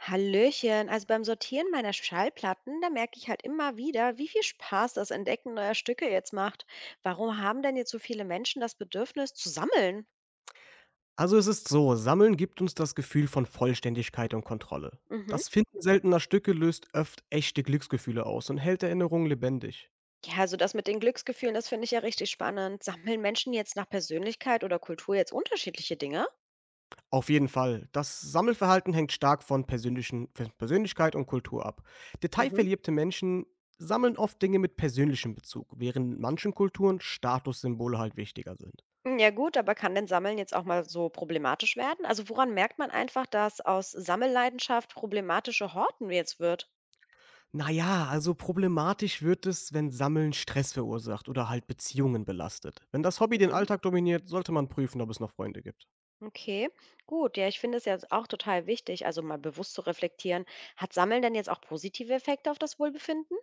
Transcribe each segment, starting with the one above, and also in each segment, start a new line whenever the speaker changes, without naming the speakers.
Hallöchen, also beim Sortieren meiner Schallplatten, da merke ich halt immer wieder, wie viel Spaß das Entdecken neuer Stücke jetzt macht. Warum haben denn jetzt so viele Menschen das Bedürfnis zu sammeln?
Also es ist so, Sammeln gibt uns das Gefühl von Vollständigkeit und Kontrolle.
Mhm.
Das Finden seltener Stücke löst oft echte Glücksgefühle aus und hält Erinnerungen lebendig.
Ja, also das mit den Glücksgefühlen, das finde ich ja richtig spannend. Sammeln Menschen jetzt nach Persönlichkeit oder Kultur jetzt unterschiedliche Dinge?
Auf jeden Fall, das Sammelverhalten hängt stark von Persönlichkeit und Kultur ab.
Mhm.
Detailverliebte Menschen sammeln oft Dinge mit persönlichem Bezug, während in manchen Kulturen Statussymbole halt wichtiger sind.
Ja gut, aber kann denn Sammeln jetzt auch mal so problematisch werden? Also woran merkt man einfach, dass aus Sammelleidenschaft problematische Horten jetzt wird?
Naja, also problematisch wird es, wenn Sammeln Stress verursacht oder halt Beziehungen belastet. Wenn das Hobby den
Mhm.
Alltag dominiert, sollte man prüfen, ob es noch Freunde gibt.
Okay, gut. Ja, ich finde es ja auch total wichtig, also mal bewusst zu reflektieren. Hat Sammeln denn jetzt auch positive Effekte auf das Wohlbefinden?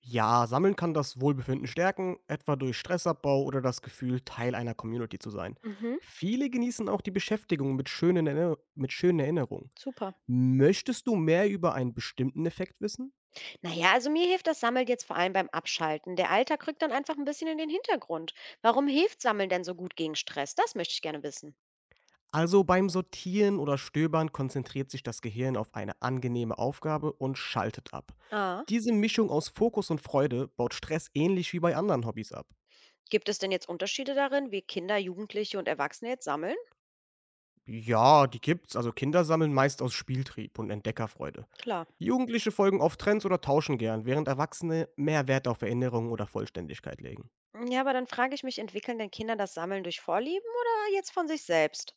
Ja, Sammeln kann das Wohlbefinden stärken, etwa durch Stressabbau oder das Gefühl, Teil einer Community zu sein.
Mhm,
Viele genießen auch die Beschäftigung mit schönen, Erinner mit schönen Erinnerungen.
super.
Möchtest du mehr über einen bestimmten Effekt wissen?
Naja, also mir hilft das Sammeln jetzt vor allem beim Abschalten. Der Alltag rückt dann einfach ein bisschen in den Hintergrund. Warum hilft Sammeln denn so gut gegen Stress? Das möchte ich gerne wissen.
Also beim Sortieren oder Stöbern konzentriert sich das Gehirn auf eine angenehme Aufgabe und schaltet ab.
Ah,
Diese Mischung aus Fokus und Freude baut Stress ähnlich wie bei anderen Hobbys ab.
gibt es denn jetzt Unterschiede darin, wie Kinder, Jugendliche und Erwachsene jetzt sammeln?
Ja, die gibt's. Also Kinder sammeln meist aus Spieltrieb und Entdeckerfreude.
Klar.
Jugendliche folgen oft Trends oder tauschen gern, während Erwachsene mehr Wert auf Erinnerung oder Vollständigkeit legen.
Ja, aber dann frage ich mich, entwickeln denn Kinder das Sammeln durch Vorlieben oder jetzt von sich selbst?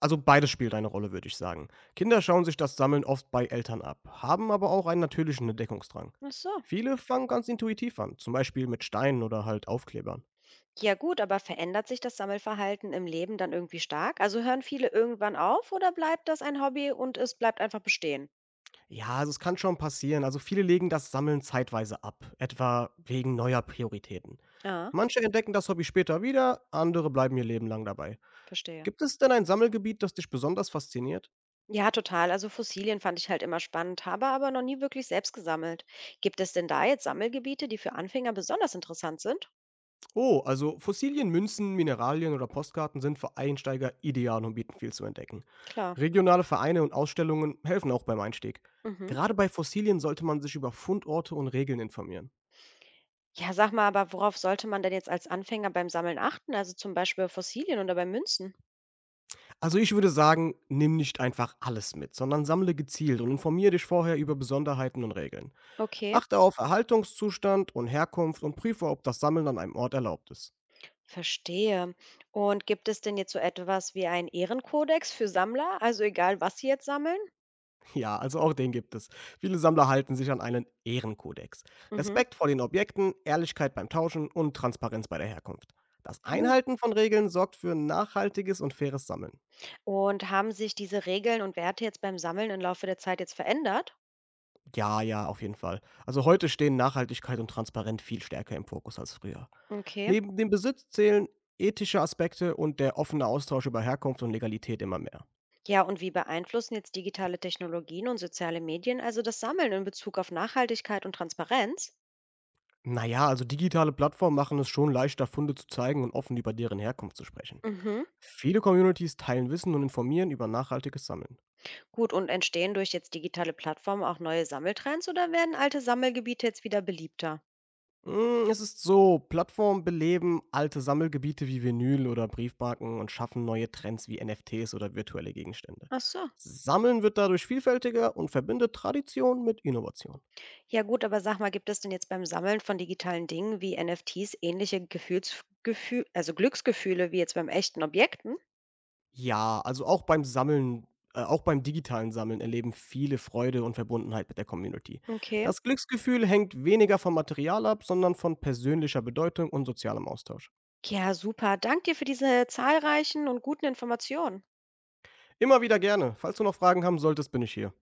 Also beides spielt eine Rolle, würde ich sagen. Kinder schauen sich das Sammeln oft bei Eltern ab, haben aber auch einen natürlichen Entdeckungsdrang.
Ach so.
Viele fangen ganz intuitiv an, zum Beispiel mit Steinen oder halt Aufklebern.
Ja gut, aber verändert sich das Sammelverhalten im Leben dann irgendwie stark? Also hören viele irgendwann auf oder bleibt das ein Hobby und es bleibt einfach bestehen?
Ja, also es kann schon passieren. Also viele legen das Sammeln zeitweise ab, etwa wegen neuer Prioritäten.
Ah,
Manche entdecken das Hobby später wieder, andere bleiben ihr Leben lang dabei.
verstehe.
Gibt es denn ein Sammelgebiet, das dich besonders fasziniert?
Ja, total. Also Fossilien fand ich halt immer spannend, habe aber noch nie wirklich selbst gesammelt. Gibt es denn da jetzt Sammelgebiete, die für Anfänger besonders interessant sind?
Oh, also Fossilien, Münzen, Mineralien oder Postkarten sind für Einsteiger ideal und bieten viel zu entdecken.
Klar.
Regionale Vereine und Ausstellungen helfen auch beim Einstieg.
Mhm.
Gerade bei Fossilien sollte man sich über Fundorte und Regeln informieren.
Ja, sag mal, aber worauf sollte man denn jetzt als Anfänger beim Sammeln achten? Also zum Beispiel bei Fossilien oder bei Münzen?
Also ich würde sagen, nimm nicht einfach alles mit, sondern sammle gezielt und informiere dich vorher über Besonderheiten und Regeln.
Okay.
Achte auf Erhaltungszustand und Herkunft und prüfe, ob das Sammeln an einem Ort erlaubt ist.
Verstehe. Und gibt es denn jetzt so etwas wie einen Ehrenkodex für Sammler? Also egal, was sie jetzt sammeln?
Ja, also auch den gibt es. Viele Sammler halten sich an einen Ehrenkodex.
Mhm.
Respekt vor den Objekten, Ehrlichkeit beim Tauschen und Transparenz bei der Herkunft. Das
Puh.
Einhalten von Regeln sorgt für nachhaltiges und faires Sammeln.
Und haben sich diese Regeln und Werte jetzt beim Sammeln im Laufe der Zeit jetzt verändert?
Ja, ja, auf jeden Fall. Also heute stehen Nachhaltigkeit und Transparenz viel stärker im Fokus als früher.
Okay.
Neben dem Besitz zählen ethische Aspekte und der offene Austausch über Herkunft und Legalität immer mehr.
Ja, und wie beeinflussen jetzt digitale Technologien und soziale Medien also das Sammeln in Bezug auf Nachhaltigkeit und Transparenz?
Naja, also digitale Plattformen machen es schon leichter, Funde zu zeigen und offen über deren Herkunft zu sprechen.
Mhm.
Viele Communities teilen Wissen und informieren über nachhaltiges Sammeln.
Gut, und entstehen durch jetzt digitale Plattformen auch neue Sammeltrends oder werden alte Sammelgebiete jetzt wieder beliebter?
Es ist so, Plattformen beleben alte Sammelgebiete wie Vinyl oder Briefmarken und schaffen neue Trends wie NFTs oder virtuelle Gegenstände.
Ach so.
Sammeln wird dadurch vielfältiger und verbindet Tradition mit Innovation.
Ja gut, aber sag mal, gibt es denn jetzt beim Sammeln von digitalen Dingen wie NFTs ähnliche Gefühl also Glücksgefühle wie jetzt beim echten Objekten?
Ja, also auch beim digitalen Sammeln erleben viele Freude und Verbundenheit mit der Community.
Okay.
Das Glücksgefühl hängt weniger vom Material ab, sondern von persönlicher Bedeutung und sozialem Austausch.
Ja, super. Dank dir für diese zahlreichen und guten Informationen.
Immer wieder gerne. Falls du noch Fragen haben solltest, bin ich hier.